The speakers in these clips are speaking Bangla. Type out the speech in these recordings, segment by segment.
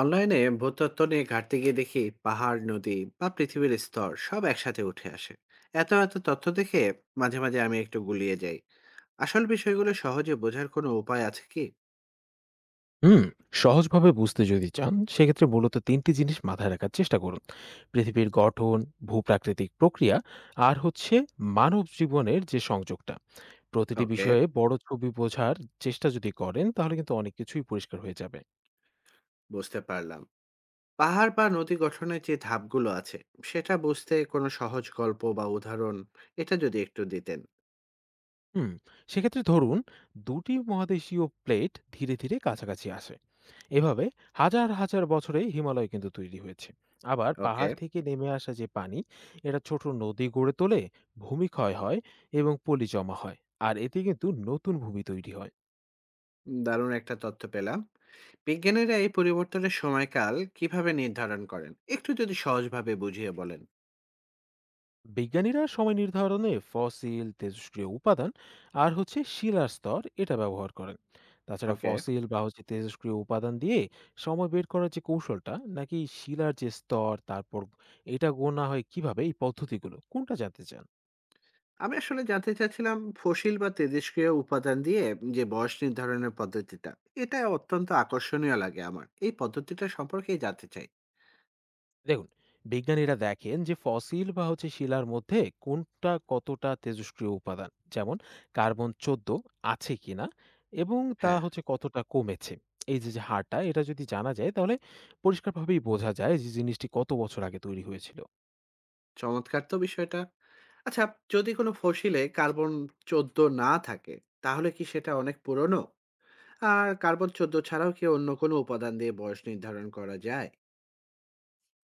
অনলাইনে ভূতত্ত্ব নিয়ে ঘাটতে গিয়ে দেখি পাহাড়, নদী বা পৃথিবীর স্তর সব একসাথে উঠে আসে। এত এত তথ্য দেখে মাঝে মাঝে আমি একটু গুলিয়ে যাই। আসল বিষয়গুলো সহজে বোঝার কোনো উপায় আছে কি? হুম। সহজভাবে বুঝতে যদি চান সেক্ষেত্রে মূলত তিনটি জিনিস মাথায় রাখার চেষ্টা করুন: পৃথিবীর গঠন, ভূপ্রাকৃতিক প্রক্রিয়া আর হচ্ছে মানব জীবনের যে সংযোগটা। প্রতিটি ওকে, বিষয়ে বড় ছবি বোঝার চেষ্টা যদি করেন তাহলে কিন্তু অনেক কিছুই পরিষ্কার হয়ে যাবে। বুঝতে পারলাম। পাহাড় বা নদী গঠনের যে ধাপগুলো আছে, সেটা বুঝতে কোনো সহজ গল্প বা উদাহরণ এটা যদি একটু দিতেন। হুম, সেক্ষেত্রে ধরুন, দুটি মহাদেশীয় প্লেট ধীরে ধীরে কাছাকাছি আসে, এভাবে হাজার হাজার বছরে হিমালয় কিন্তু তৈরি হয়েছে। আবার ওকে, পাহাড় থেকে নেমে আসা যে পানি, এটা ছোট নদী গড়ে তোলে, ভূমিক্ষয় হয় এবং পলি জমা হয়, আর এতে কিন্তু নতুন ভূমি তৈরি হয়। দারুণ একটা তথ্য পেলাম। বিজ্ঞানীরা এই পরিবর্তনের সময়কাল কিভাবে নির্ধারণ করেন, একটু যদি সহজভাবে বুঝিয়ে বলেন। বিজ্ঞানীরা সময় নির্ধারণে ফসিল, তেজস্ক্রিয় উপাদান আর হচ্ছে শিলার স্তর এটা ব্যবহার করেন। তাছাড়া ওকে, ফসিল বা হচ্ছে তেজস্ক্রিয় উপাদান দিয়ে সময় বের করার যে কৌশলটা, নাকি শিলার যে স্তর তারপর এটা গোনা হয় কিভাবে, এই পদ্ধতিগুলো কোনটা জানতে চান? আমি আসলে জানতে চাচ্ছিলাম ফসিল বা তেজস্ক্রিয় উপাদান দিয়ে যে বয়স নির্ধারণের পদ্ধতিটা, এটা অত্যন্ত আকর্ষণীয় লাগে আমার। এই পদ্ধতিটা সম্পর্কেই জানতে চাই। দেখুন, বিজ্ঞানীরা দেখেন যে ফসিল বা হচ্ছে শিলার মধ্যে কোনটা কতটা তেজস্ক্রিয় উপাদান, যেমন কার্বন-14, আছে কিনা এবং তা হ্যাঁ, হচ্ছে কতটা কমেছে। এই যে যে হারটা এটা যদি জানা যায় তাহলে পরিষ্কারভাবেই বোঝা যায় যে জিনিসটি কত বছর আগে তৈরি হয়েছিল। চমৎকার তো বিষয়টা। আচ্ছা, যদি কোনো ফসিলে কার্বন চোদ্দ না থাকে, তাহলে কি সেটা অনেক পুরনো? আর কার্বন চোদ্দ ছাড়াও কি অন্য কোনো উপাদান দিয়ে বয়স নির্ধারণ করা যায়?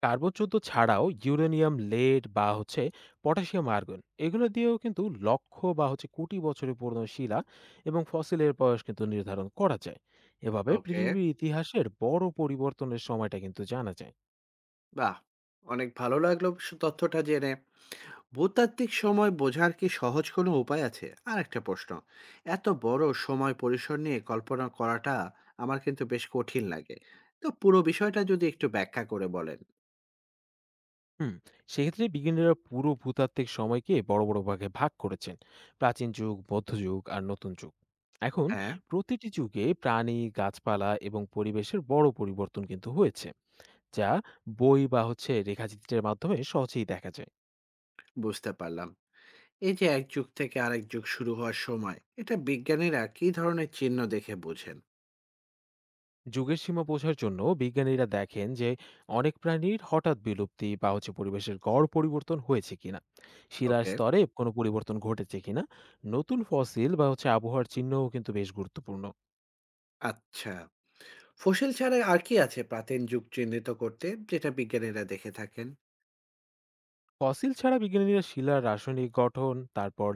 কার্বন-14 ছাড়াও ইউরেনিয়াম লেড বা হচ্ছে পটাশিয়াম আর্গন, এগুলো দিয়েও কিন্তু লক্ষ বা হচ্ছে কোটি বছরের পুরনো শিলা এবং ফসিলের বয়স কিন্তু নির্ধারণ করা যায়। এভাবে ওকে, পৃথিবীর ইতিহাসের বড় পরিবর্তনের সময়টা কিন্তু জানা যায়। বাহ, অনেক ভালো লাগলো তথ্যটা জেনে। ভূতাত্ত্বিক সময় বোঝার কি সহজ কোনো উপায় আছে? আর একটা প্রশ্ন, এত বড় সময় পরিসর নিয়ে কল্পনা করাটা আমার কিন্তু বেশ কঠিন লাগে। তো পুরো বিষয়টা যদি একটু ব্যাখ্যা করে বলেন। হুম, সেক্ষেত্রে বিজ্ঞানীরা পুরো ভূতাত্ত্বিক সময়কে বড় বড় ভাগে ভাগ করেছেন: প্রাচীন যুগ, মধ্যযুগ আর নতুন যুগ। এখন হ্যাঁ, প্রতিটি যুগে প্রাণী, গাছপালা এবং পরিবেশের বড় পরিবর্তন কিন্তু হয়েছে, যা বই বা হচ্ছে রেখাচিত্রের মাধ্যমে সহজেই দেখা যায়। বুঝতে পারলাম। এই যে এক যুগ থেকে আরেক যুগ শুরু হওয়ার সময়, এটা বিজ্ঞানীরা কি ধরনের চিহ্ন দেখে বোঝেন? যুগের সীমা বোঝার জন্য বিজ্ঞানীরা দেখেন যে অনেক প্রাণীর হঠাৎ বিলুপ্তি বা হচ্ছে পরিবেশের গড় পরিবর্তন হয়েছে কিনা, শিলার ওকে। স্তরে কোনো পরিবর্তন ঘটেছে কিনা। নতুন ফসিল বা হচ্ছে আবহাওয়ার চিহ্নও কিন্তু বেশ গুরুত্বপূর্ণ। আচ্ছা, ফসিল ছাড়া আর কি আছে প্রাচীন যুগ চিহ্নিত করতে, যেটা বিজ্ঞানীরা দেখে থাকেন? ফসিল ছাড়া বিজ্ঞানীরা শিলার রাসায়নিক গঠন, তারপর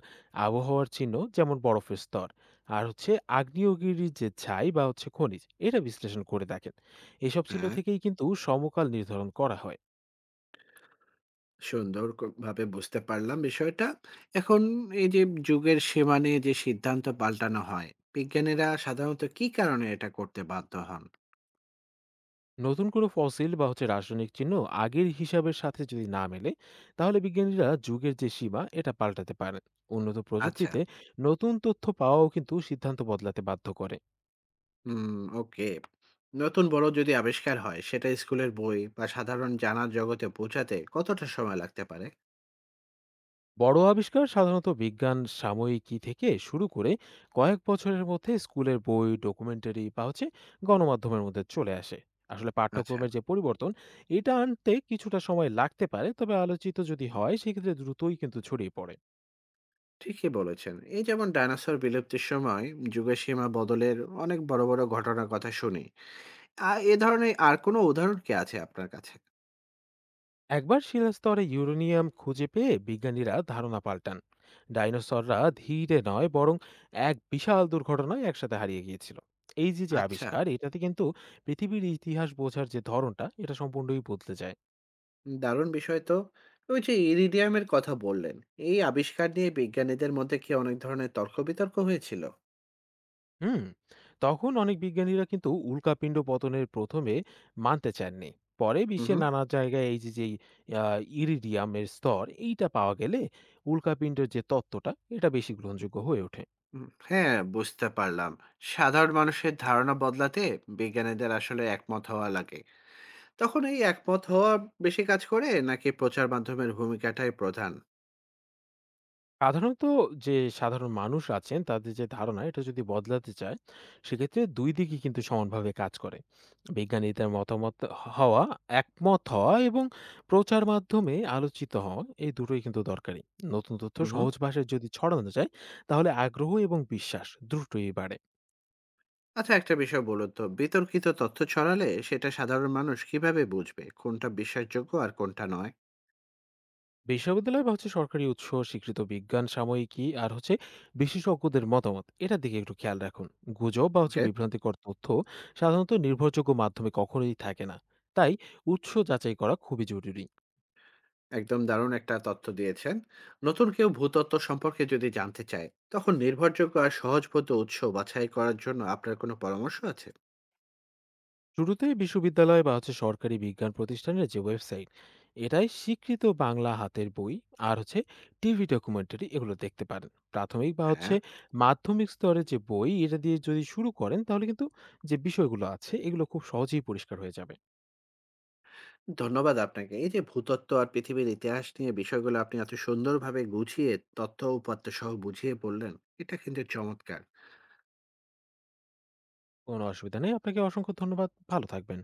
আবহাওয়ার চিহ্ন যেমন বরফের স্তর, আর হচ্ছে আগ্নেয়গিরির যে ছাই বা হচ্ছে খনিজ, এটা বিশ্লেষণ করে দেখেন। এসব চিহ্ন হ্যাঁ, থেকেই কিন্তু সমকাল নির্ধারণ করা হয়। সুন্দর ভাবে বুঝতে পারলাম বিষয়টা। এখন এই যে যুগের সীমা নিয়ে যে সিদ্ধান্ত পাল্টানো হয়, বিজ্ঞানীরা সাধারণত কি কারণে এটা করতে বাধ্য হন? নতুন কোনো ফসিল বা হচ্ছে রাসায়নিক চিহ্ন আগের হিসাবের সাথে যদি না মেলে, তাহলে বিজ্ঞানীরা যুগের যে সীমা এটা পাল্টাতে পারেন। উন্নত আচ্ছা। প্রযুক্তিতে নতুন তথ্য পাওয়াও কিন্তু সিদ্ধান্ত বদলাতে বাধ্য করে। হুম, ওকে। নতুন বড় যদি আবিষ্কার হয়, সেটা স্কুলের বই বা সাধারণ জানার জগতে পৌঁছাতে কতটা সময় লাগতে পারে? বড় আবিষ্কার সাধারণত বিজ্ঞান সাময়িকী থেকে শুরু করে কয়েক বছরের মধ্যে স্কুলের বই, ডকুমেন্টারি বা হচ্ছে গণমাধ্যমের মধ্যে চলে আসে। আসলে আচ্ছা, পাঠ্যক্রমের যে পরিবর্তন, এটা আনতে কিছুটা সময় লাগতে পারে, তবে আলোচিত যদি হয় সেক্ষেত্রে দ্রুতই কিন্তু ছড়িয়ে পড়ে। ঠিকই বলেছেন। এই যেমন ডায়নোসর বিলুপ্তির সময় যুগের সীমা বদলের অনেক বড়, বড় ঘটনার কথা শুনি। এ ধরনের আর কোনো উদাহরণ কি আছে আপনার কাছে? একবার শিলাস্তরে ইউরেনিয়াম খুঁজে পেয়ে বিজ্ঞানীরা ধারণা পাল্টান, ডাইনোসররা ধীরে নয় বরং এক বিশাল দুর্ঘটনায় একসাথে হারিয়ে গিয়েছিল। এই যে যে আচ্ছা। আবিষ্কার এটাতে কিন্তু পৃথিবীর ইতিহাস বোঝার যে ধরনটা এটা সম্পূর্ণই বদলে যায়। দারুণ বিষয় তো। ওই যে ইরিডিয়ামের কথা বললেন, এই আবিষ্কার নিয়ে বিজ্ঞানীদের মধ্যে কি অনেক ধরনের তর্ক-বিতর্ক হয়েছিল? হুম, তখন অনেক বিজ্ঞানীরা কিন্তু উল্কাপিণ্ড পতনের প্রথমে মানতে চাননি। পরে হু, বিশ্বের হুম। নানা জায়গায় এই যে যে ইরিডিয়ামের স্তর এইটা পাওয়া গেলে উল্কাপিণ্ডের যে তত্ত্বটা এটা বেশি গ্রহণযোগ্য হয়ে ওঠে। হ্যাঁ, বুঝতে পারলাম। সাধারণ মানুষের ধারণা বদলাতে বিজ্ঞানীদের আসলে একমত হওয়া লাগে। তখন এই একমত হওয়া বেশি কাজ করে, নাকি প্রচার মাধ্যমের ভূমিকাটাই প্রধান? সাধারণত যে সাধারণ মানুষ আছেন তাদের যে ধারণা এটা যদি বদলাতে চায়, সেক্ষেত্রে দুই দিকই কিন্তু সমানভাবে কাজ করে। বিজ্ঞানীদের মতামত হ- হওয়া একমত হওয়া এবং প্রচার মাধ্যমে আলোচিত হওয়া, এই দুটোই কিন্তু দরকারি। নতুন তথ্য হু, হুম। সহজ ভাষায় যদি ছড়ানো যায় তাহলে আগ্রহ এবং বিশ্বাস দ্রুতই বাড়ে। আচ্ছা, একটা বিষয় বলুন তো, বিতর্কিত তথ্য ছড়ালে সেটা সাধারণ মানুষ কিভাবে বুঝবে কোনটা বিশ্বাসযোগ্য আর কোনটা নয়? বিশ্ববিদ্যালয় বা হচ্ছে সরকারি উৎস, স্বীকৃত বিজ্ঞান সাময়িকী আর হচ্ছে বিশেষজ্ঞদের মতামত, এটার দিকে একটু খেয়াল রাখুন। গুজব বা হচ্ছে ওকে। বিভ্রান্তিকর তথ্য সাধারণত নির্ভরযোগ্য মাধ্যমে কখনোই থাকে না, তাই উৎস যাচাই করা খুবই জরুরি। একদম দারুণ একটা তথ্য দিয়েছেন। নতুন কেউ ভূতত্ত্ব সম্পর্কে যদি জানতে চায়, তখন নির্ভরযোগ্য আর সহজবোধ্য উৎস বাছাই করার জন্য আপনার কোনো পরামর্শ আছে? শুরুতে বিশ্ববিদ্যালয় বা হচ্ছে সরকারি বিজ্ঞান প্রতিষ্ঠানের যে ওয়েবসাইট, এটাই স্বীকৃত বাংলা হাতের বই আর হচ্ছে টিভি ডকুমেন্টারি, এগুলো দেখতে পারেন। প্রাথমিক বা হ্যাঁ। হচ্ছে মাধ্যমিক স্তরে যে বই এটা দিয়ে যদি শুরু করেন তাহলে কিন্তু যে বিষয়গুলো আছে এগুলো খুব সহজেই পরিষ্কার হয়ে যাবে। ধন্যবাদ আপনাকে। এই যে ভূতত্ত্ব আর পৃথিবীর ইতিহাস নিয়ে বিষয়গুলো আপনি এত সুন্দরভাবে গুছিয়ে তথ্য, উপাত্ত সহ বুঝিয়ে বললেন, এটা কিন্তু চমৎকার। কোনো অসুবিধা নেই। আপনাকে অসংখ্য ধন্যবাদ। ভালো থাকবেন।